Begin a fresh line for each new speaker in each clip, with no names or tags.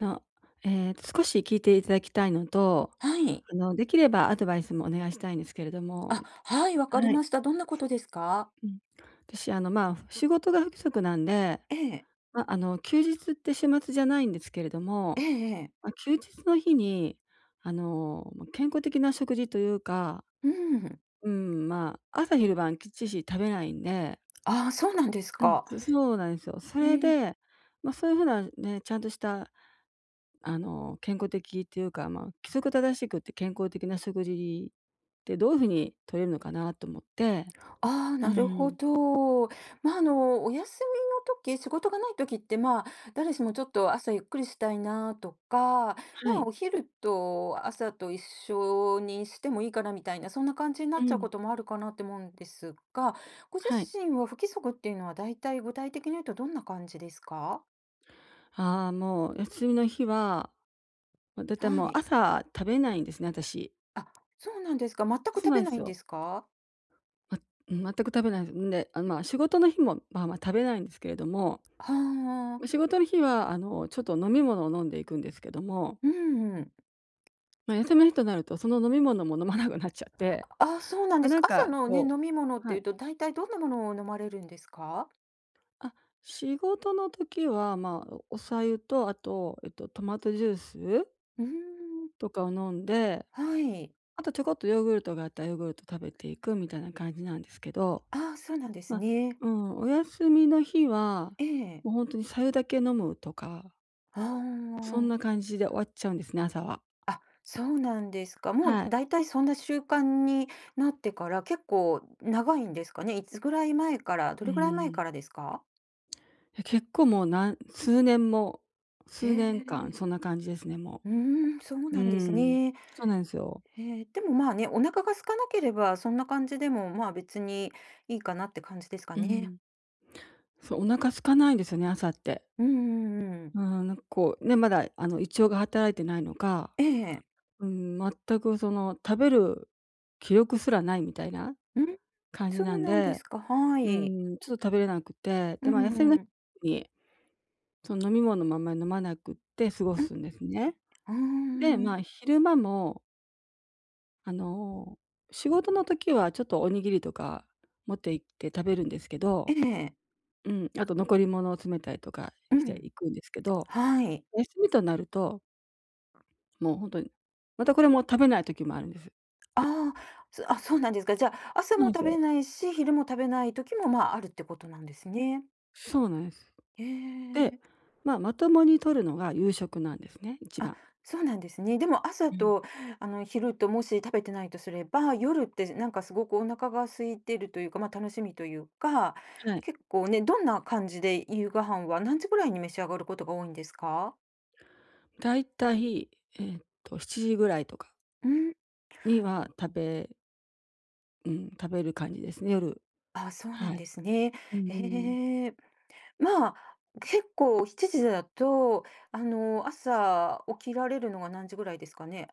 の、ええと、少し聞いていただきたいのと、
はい。
できればアドバイスもお願いしたいんですけれども。
あ、はい、わかり
はい、
ました。どんなことですか？
うん。私、仕事が不規則なんで、
ええ、
休日って週末じゃないんですけれど
え
も、
えええ。
まあ、休日の日に、健康的な食事というか、
うん。
うん、まあ、朝昼晩きっちし食べないんで、
ああ、そうなんです
うん、
か。
そうなんですよ。そ
え
れ
え。
で、まあ、そういうふうなね、ちゃんとした健康的っていうか、まあ、規則正しくって健康的な食事ってどういう風に取れるのかなと思って。
ああ、
う
なるほ
ん、
ど。まあ、お休みの時、仕事がない時って、まあ、誰しもちょっと朝ゆっくりしたいなとか、ま
は
あ、お
い。
昼と朝と一緒にしてもいいかなみたいな、そんな感じにな
う
っちゃう
ん、
こともあるかなって思うんですが、ご自
はい。
身は不規則っていうのはだいたい具体的に言うとどんな感じですか？
ああ、もう休みの日は、ま、だいたいも
は
う
い。
朝食べないんですね、私。
あ、そうなんですか。全く
そう
食
な
べ
んで
な
す
いんで
よ。
すか？
まうん、全く食べないです。んで、仕事の日も、まあまあ、食べないんですけれども、
は
ま仕
あ。
事の日は、ちょっと飲み物を飲んでいくんですけども、
うん、
まあ、休みの日となると、その飲み物も飲まなくなっちゃって、
あ、そうなん
ま
で
あ
す
なん
か。朝
か
のね、
こ
飲み物って
は
い
い。
うと、大体どんなものを飲まれるんですか？
あ、仕事の時は、まあ、お白湯と、あと、トマトジュース
うーん、
とかを飲んで、
はい。
あとちょこっとヨーグルトがあったらヨーグルト食べていくみたいな感じなんですけど、
ああ、そうなんです
まあ、
ね。
うん、お休みの日は、
え
もう
え。
本当に白湯だけ飲むとか、
あ
そんな
あ。
感じで終わっちゃうんですね、朝は。
あ、そうなんですか。もう
はい。
大体そんな習慣になってから、結構長いんですかね？いつぐらい前から、ど
う
れぐらい前
ん。
からですか？
いや、結構もう、なん数年も
へ
数年間
え。
そんな感じですね、も
うーん、そう
う。う
なんです
ん。
ね。
そうなんですよ。
ええ、でもまあね、お腹が空かなければ、そんな感じでも、まあ、別にいいかなって感じですか
う
ね。
ん。そう、お腹空かないんですよね、朝って。
うんうんうん。
うん、なんかこう、ね、まだあの胃腸が働いてないのか、
ええ。
うん、全くその食べる気力すらないみたいな
うん、
感じ
そ
な
う
ん
なんで
で、
すか。は
う
い。
ん、ちょっと食べれなくて、
う
で、まあ、休みの
ん。
日にその飲み物もあんまり飲まなくって過ご
うん、
すんですね。
あ
で、ま
ん、
あ、昼間もあの、仕事の時はちょっとおにぎりとか持って行って食べるんですけ
え
ど、
え。
うん、あと残り物を詰めたりとか
う
して
ん、
行くんですけど、
はい。
休みとなるともうほんとに。またこれも食べない時もあるんです。
ああ、そうなんですか。じゃあ、朝
そう
も
なんで
食
す
べ
よ。
ないし、昼も食べない時も、まあ、あるってことなんですね。
そうなんです。で、
え。
まあ、まともに摂るのが夕食なんですね、一
あ、
番。
そうなんですね。でも朝
うん、
と、昼ともし食べてないとすれば、夜ってなんかすごくお腹が空いてるというか、まあ、楽しみというか、
はい。
結構ね、どんな感じで夕ご飯は何時ぐらいに召し上がることが多いんですか？
だいたい、7時ぐらいとか
うん、
にはうん、食べる感じですね、夜。
あ、そうな
は
んで
い。
すね。
うんうんうん。
ええ。まあ、結構7時だと、朝起きられるのが何時ぐらいですかね？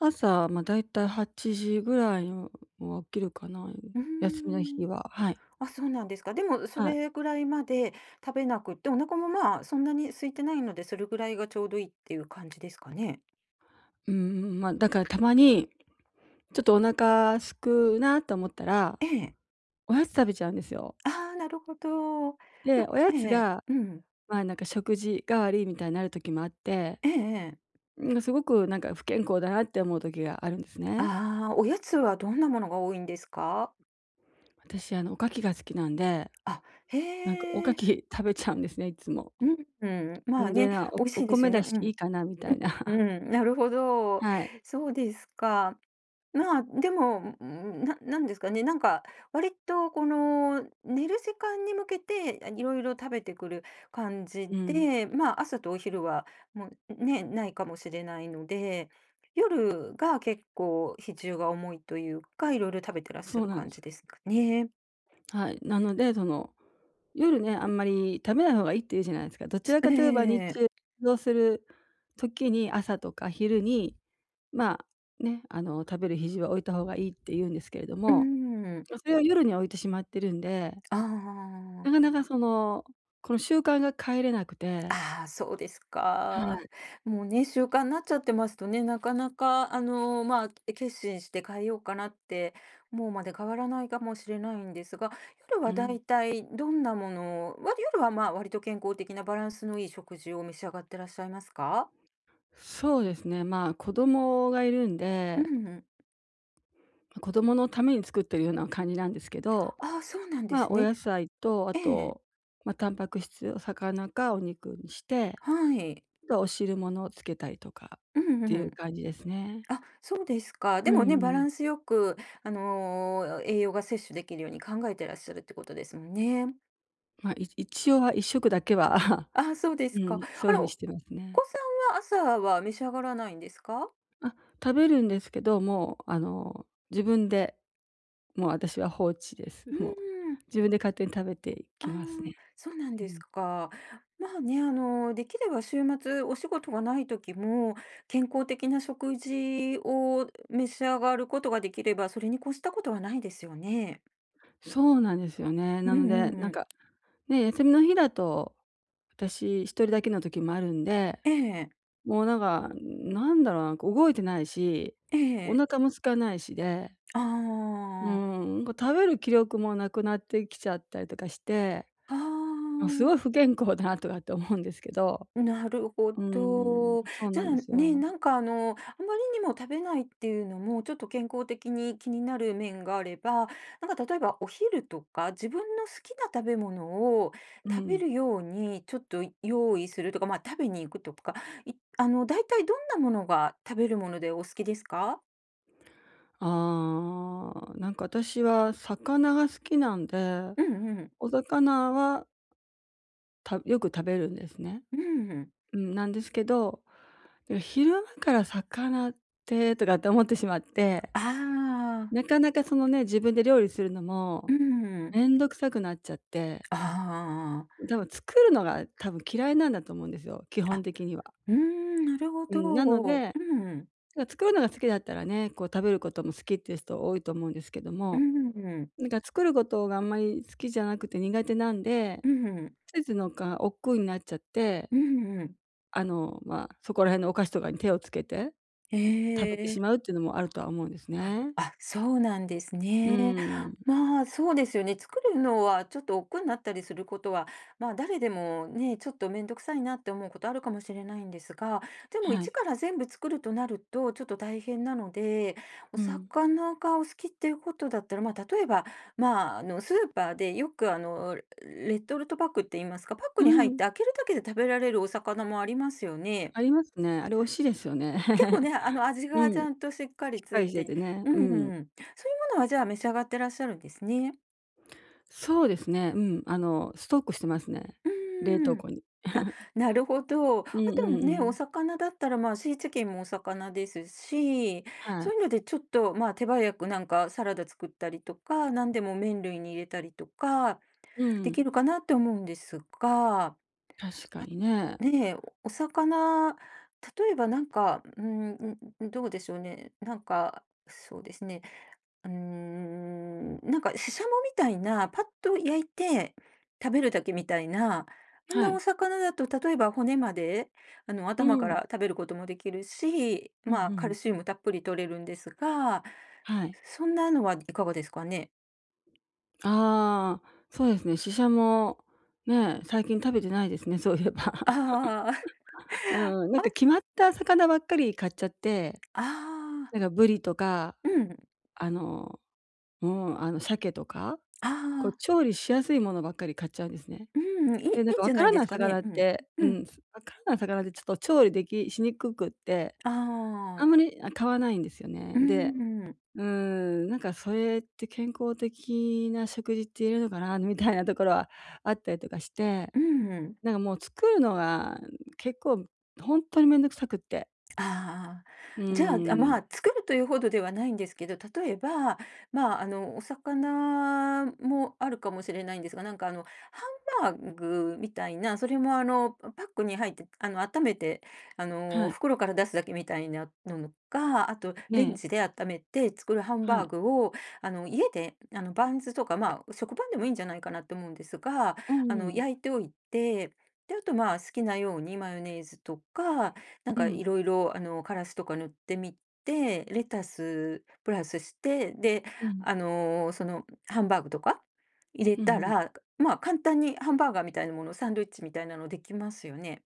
朝、ま、だいたい8時ぐらいには起きるかな、
うー
休みの日
ん。
は。はい。
あ、そうなんですか。でも、そ
はい。
れぐらいまで食べなくって、お腹もまあ、そんなに空いてないので、それぐらいがちょうどいいっていう感じですかね。
うんうん、ま、だからたまに、ちょっとお腹空くなと思ったら、
ええ。
おやつ食べちゃうんですよ。
ああ、なるほど。ん、
で、おやつ
ええ、
が、
うん。
まあ、なんか食事代わりみたいになる時もあって、
ええええ。
なんかすごくなんか不健康だなって思う時があるんですね。
ああ、おやつはどんなものが多いんですか？
私、おかきが好きなんで、
あ、へ
なんかおか
え。
き 食べちゃうんですね、いつも。
うん、うん。まあ
んで、
ね、
な
美味
お
しいです
米
よ
だ
ね。
し
う
い
ん。
いかなみたいな。
うん、うん、なるほど。
はい。
そうですか。まあ、でも、うん、なんですかね、なんか、割とこの寝る時間に向けて、あ、いろいろ食べてくる感じ
うん。
で、まあ、朝とお昼はもうね、ないかもしれないので、夜が結構比重が重いというか、いろいろ食べてらっしゃ
そう
る
なんで
感
すよ。
じですかね。
はい。なので、その、夜ね、あんまり食べない方がいいって言うじゃないですか。どち
す
ら
え
かといえば日中
え。
運動する時に、朝とか昼に、ま食べる日は置いた方がいいって言うんですけれど
うー
も、
ん。
まそれを夜に置いてしまってるんで、
あ
なか
あ。
なかその、この習慣が変えれなくて、
ああ、そうです
は
か。
い、
もうね、習慣になっちゃってますとね、なかなか、まあ、決心して変えようかなって、もうまで変わらないかもしれないんですが、夜
う
はだ
ん。
いたいどんなものを、夜はまあ、割と健康的なバランスのいい食事を召し上がってらっしゃいますか？
そうですね、まあ、子供がいるん
う
で、
んうん。
ま、子供のために作ってるような感じなんですけど、
ああ、そうなんで
まあ、
す
お
ね。
野菜と、あ
ええ、
と、ま、タンパク質、お魚かお肉にして、
はい。
あとはお汁物をつけたりとかっ
うんう
て
ん
い
う
う
ん。
感じですね。
あ、そうですか。
う
でもね、
んう
バラ
ん。
ンスよく、栄養が摂取できるように考えてらっしゃるってことですもんね。
ま、一応は一食だけは、
あ、そうで
う
すか。
ん、そう
あ
いう風
の
にし
お
てますね。
子さんは朝は召し上がらないんですか？
あ、食べるんですけど、もう自分で、もう私は放置です。
うー
もう、
ん、
自分で勝手に食べてい
あ
き
あ、
ますね。
そうなん
う
です
ん。
か。まあね、できれば週末お仕事がない時も、健康的な食事を召し上がることができれば、それに越したことはないですよね。
そうなんですよね。
う
な
ん
ので、
うん
なん
うん。
か、ね、休みの日だと、私一人だけの時もあるんで、
ええ、
もうなんか、なんだろう、なんか動いてないし、
え
お
え。
腹も空かないしで、う
あ
ん、なんか食べる気力もなくなってきちゃったりとかして、
あ、あ
もうすごい
あ。
不健康だなとかって思うんですけど。
なるほ
うん、
ど。
そう
じゃ
なんです
あね、
よ。
なんかあまりにも食べないっていうのも、ちょっと健康的に気になる面があれば、なんか例えばお昼とか、自分の好きな食べ物を
う
食べ
ん。
るようにちょっと用意するとか、まあ食べに行くとか、いあの、大体どんなものが食べるものでお好きですか？
ああ、なんか私は魚が好きなんで、
うんうん。
お魚は、よく食べるんですね。
うんうん。
うん、なんですけど、でも昼間から魚って思ってしまって、
ああ、
なかなかそのね、自分で料理するのも
うん。
めんどくさくなっちゃって、
ああ。
多分作るのが多分嫌いなんだと思うんですよ、基本
あ、
的には。
うーん、なるほ
うん、なの
ど。
で、
うん。
だから作るのが好きだったらね、こう食べることも好きっていう人多いと思うんですけど
う
も、
ん。
なんか作ることがあんまり好きじゃなくて苦手なんで、
うん。
ついつい億劫になっちゃって、
うんうん。
まあ、そこら辺のお菓子とかに手をつけて食べて
え
し
え。
まうっていうのもあるとは思うんですね。
あ、そうなんです
うー
ね。
ん、
まあ、そうですよね。作るのはちょっと億劫になったりすることは、まあ、誰でもね、ちょっと面倒くさいなって思うことあるかもしれないんですが、でも
は
一
い。
から全部作るとなるとちょっと大変なので、お
うん。
魚がお好きっていうことだったら、まあ、例えば、まあ、スーパーでよくレトルトパックって言いますか、パッ
う
クに入っ
ん、
て開けるだけで食べられるお魚もありますよね。
ありますね。あれ美味しいですよね。
結構 ね、味
う
がち
ん、し
ゃんとしっかり
っ
つ
かり
い
して
て、
てね。
うんう
うん。
ん、そういうものは、じゃあ、召し上がってらっしゃるんですね。
そうですね、うん、あの、ストックしてますね、冷
う
凍
ん。
庫に。
あ、なるほど。あ
うんう
と
んう
ね、お
ん。
魚だったら、まあ、シーチキンもお魚ですし、
は
そう
い。
いうのでちょっと、まあ、手早くなんかサラダ作ったりとか、なんでも麺類に入れたりとか
う
でき
ん、
るかなって思うんですが、
確か
あ、
にね。
ねえ、お魚、例えばなんか、どうでしょうね、なんか、そうですね、うーん、なんかシシャモみたいな、パッと焼いて食べるだけみたいな、あん
は
なお
い。
魚だと例えば骨まで、
う
頭か
ん。
ら食べることもできるし、
う
ま
ん
あ、
う
カル
ん。
シウムたっぷり摂れるんですが、
はい。
そんなのはいかがですかね？
ああ、そうですね。シシャも、ね、最近食べてないですね、そういえば。
ああ、
うん、な
あ、
んか決まった魚ばっかり買っちゃって、
ああ、
なんかブリとか、
うん、
あの、うん、あの鮭とか、
あ
こう
あ、
調理しやすいものばっかり買っちゃうんですね。
うん、いいい
で、
いんじゃないですかね。うん、うん、
わからない魚ってちょっと調理しにくくって、
あ
あ
あ、
んまり、あ、買わないんですよね。
う
で、
ん、
うん、なんかそれって健康的な食事って言えるのかなみたいなところはあったりとかして、
うん。
なんかもう作るのが結構ほんとにめんどくさくって。
あ
うー
あ、じゃあ、あ、
ん、
まあ、作るというほどではないんですけど、例えば、まあ、お魚もあるかもしれないんですが、なんかハンバーグみたいな、それもパックに入って、温めて、
はい。
袋から出すだけみたいなのか、あと、レン
ね
ジ
え、
で温めて作るハン
は
バー
い。
グを、家で、バンズとか、まあ、食パンでもいいんじゃないかなと思うんですが、
うんうん。
焼いておいて、で、あと、まあ、好きなようにマヨネーズとか、なん
う
かい
ん。
ろいろ、カラスとか塗ってみて、レタスプラスして、で、
うん。
その、ハンバーグとか入れ
うんう
た
ん。
ら、まあ、簡単にハンバーガーみたいなもの、サンドイッチみたいなのできますよね。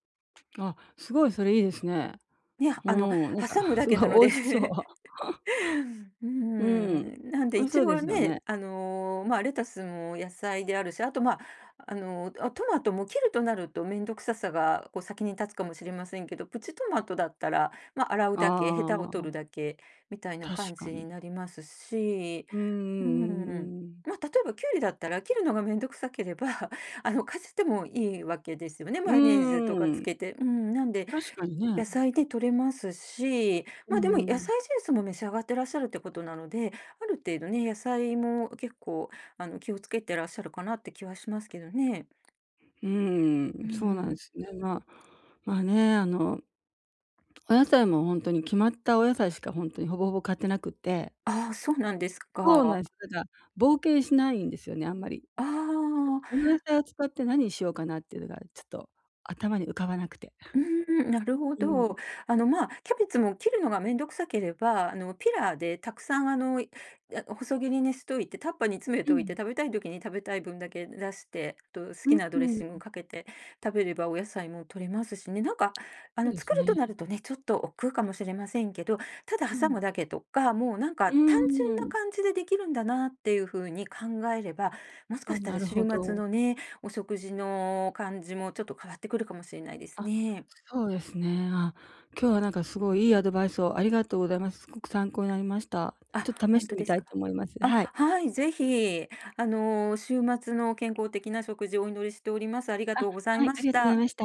あ、すごいそれいいですね。
ね、
うーん、なんか
挟むだ
すご
けなの
い
で
美味しそう。
う
うん。
ん、なんで
美味しそ
一
うで
応
すよ
ね、
ね。
まあ、レタスも野菜であるし、あと、まあ、トマトも切るとなると面倒くささが、こう、先に立つかもしれませんけど、プチトマトだったら、まあ、洗うだけ、ヘタを
あ
取るだ
あ、
けみたいな
確
感
か
じ
に。
になりますし、
うんうんう
う
んう
ん。
んうん。
まあ、例えばキュウリだったら切るのが面倒くさければ かじってもいいわけですよね、
う
マ
ー
ヨネーズとかつ
ん、
けて。うん、なんで
確かにね。
野菜で取れますし、
う
あで
ん
も野
う
菜
ん。
ジュースも召し上がってらっしゃるってことなので、ある程度ね、野菜も結構、気をつけてらっしゃるかなって気はしますけどね。
うー
う
ん、
ん
そうなん
う
で
ん。
すね。まあ、まあね、あのお野菜も本当に決まったお野菜しか本当にほぼほぼ買ってなくて、
ああ、そうなんです
そうなん
か。
です。だから冒険しないんですよね、あんまり。
ああ。
この野菜を使って何しようかなっていうのがちょっと頭に浮かばなくて。
うーん、なるほ
うん。
ど。まあ、キャベツも切るのがめんどくさければ、ピラーでたくさん、細切りにしといて、タッパーに詰め
う
ておいて、
ん。
食べたい時に食べたい分だけ出して、あと好
う
き
ん
なド
う
レッシング
ん。
かけて食べればお野菜も取れますしね。なんか、
そうです
作ると
ね。
なるとね、ちょっと億劫かもしれませんけど、ただ
う
挟
ん。
むだけとか、もうなんか
うー
単純な
ん。
感じでできるんだなっていう風に考えれば、もしか
あ、
した
な
ら
る
週
ほ
末
ど。
のね、お食事の感じもちょっと変わってくるかもしれないです
あ、
ね。
そうですね。あ、今日はなんかすごいいいアドバイスをありがとうございます。すごく参考になりました。
あ、
ちょっと試し
本
て
当
み
です
たいと
か。
思います。
あ、
はい。
はい、ぜひ、週末の健康的な食事をお祈りしております。ありが
あ、
とうござい
はい、
ま
あり
し
がとうござい
た。
ました。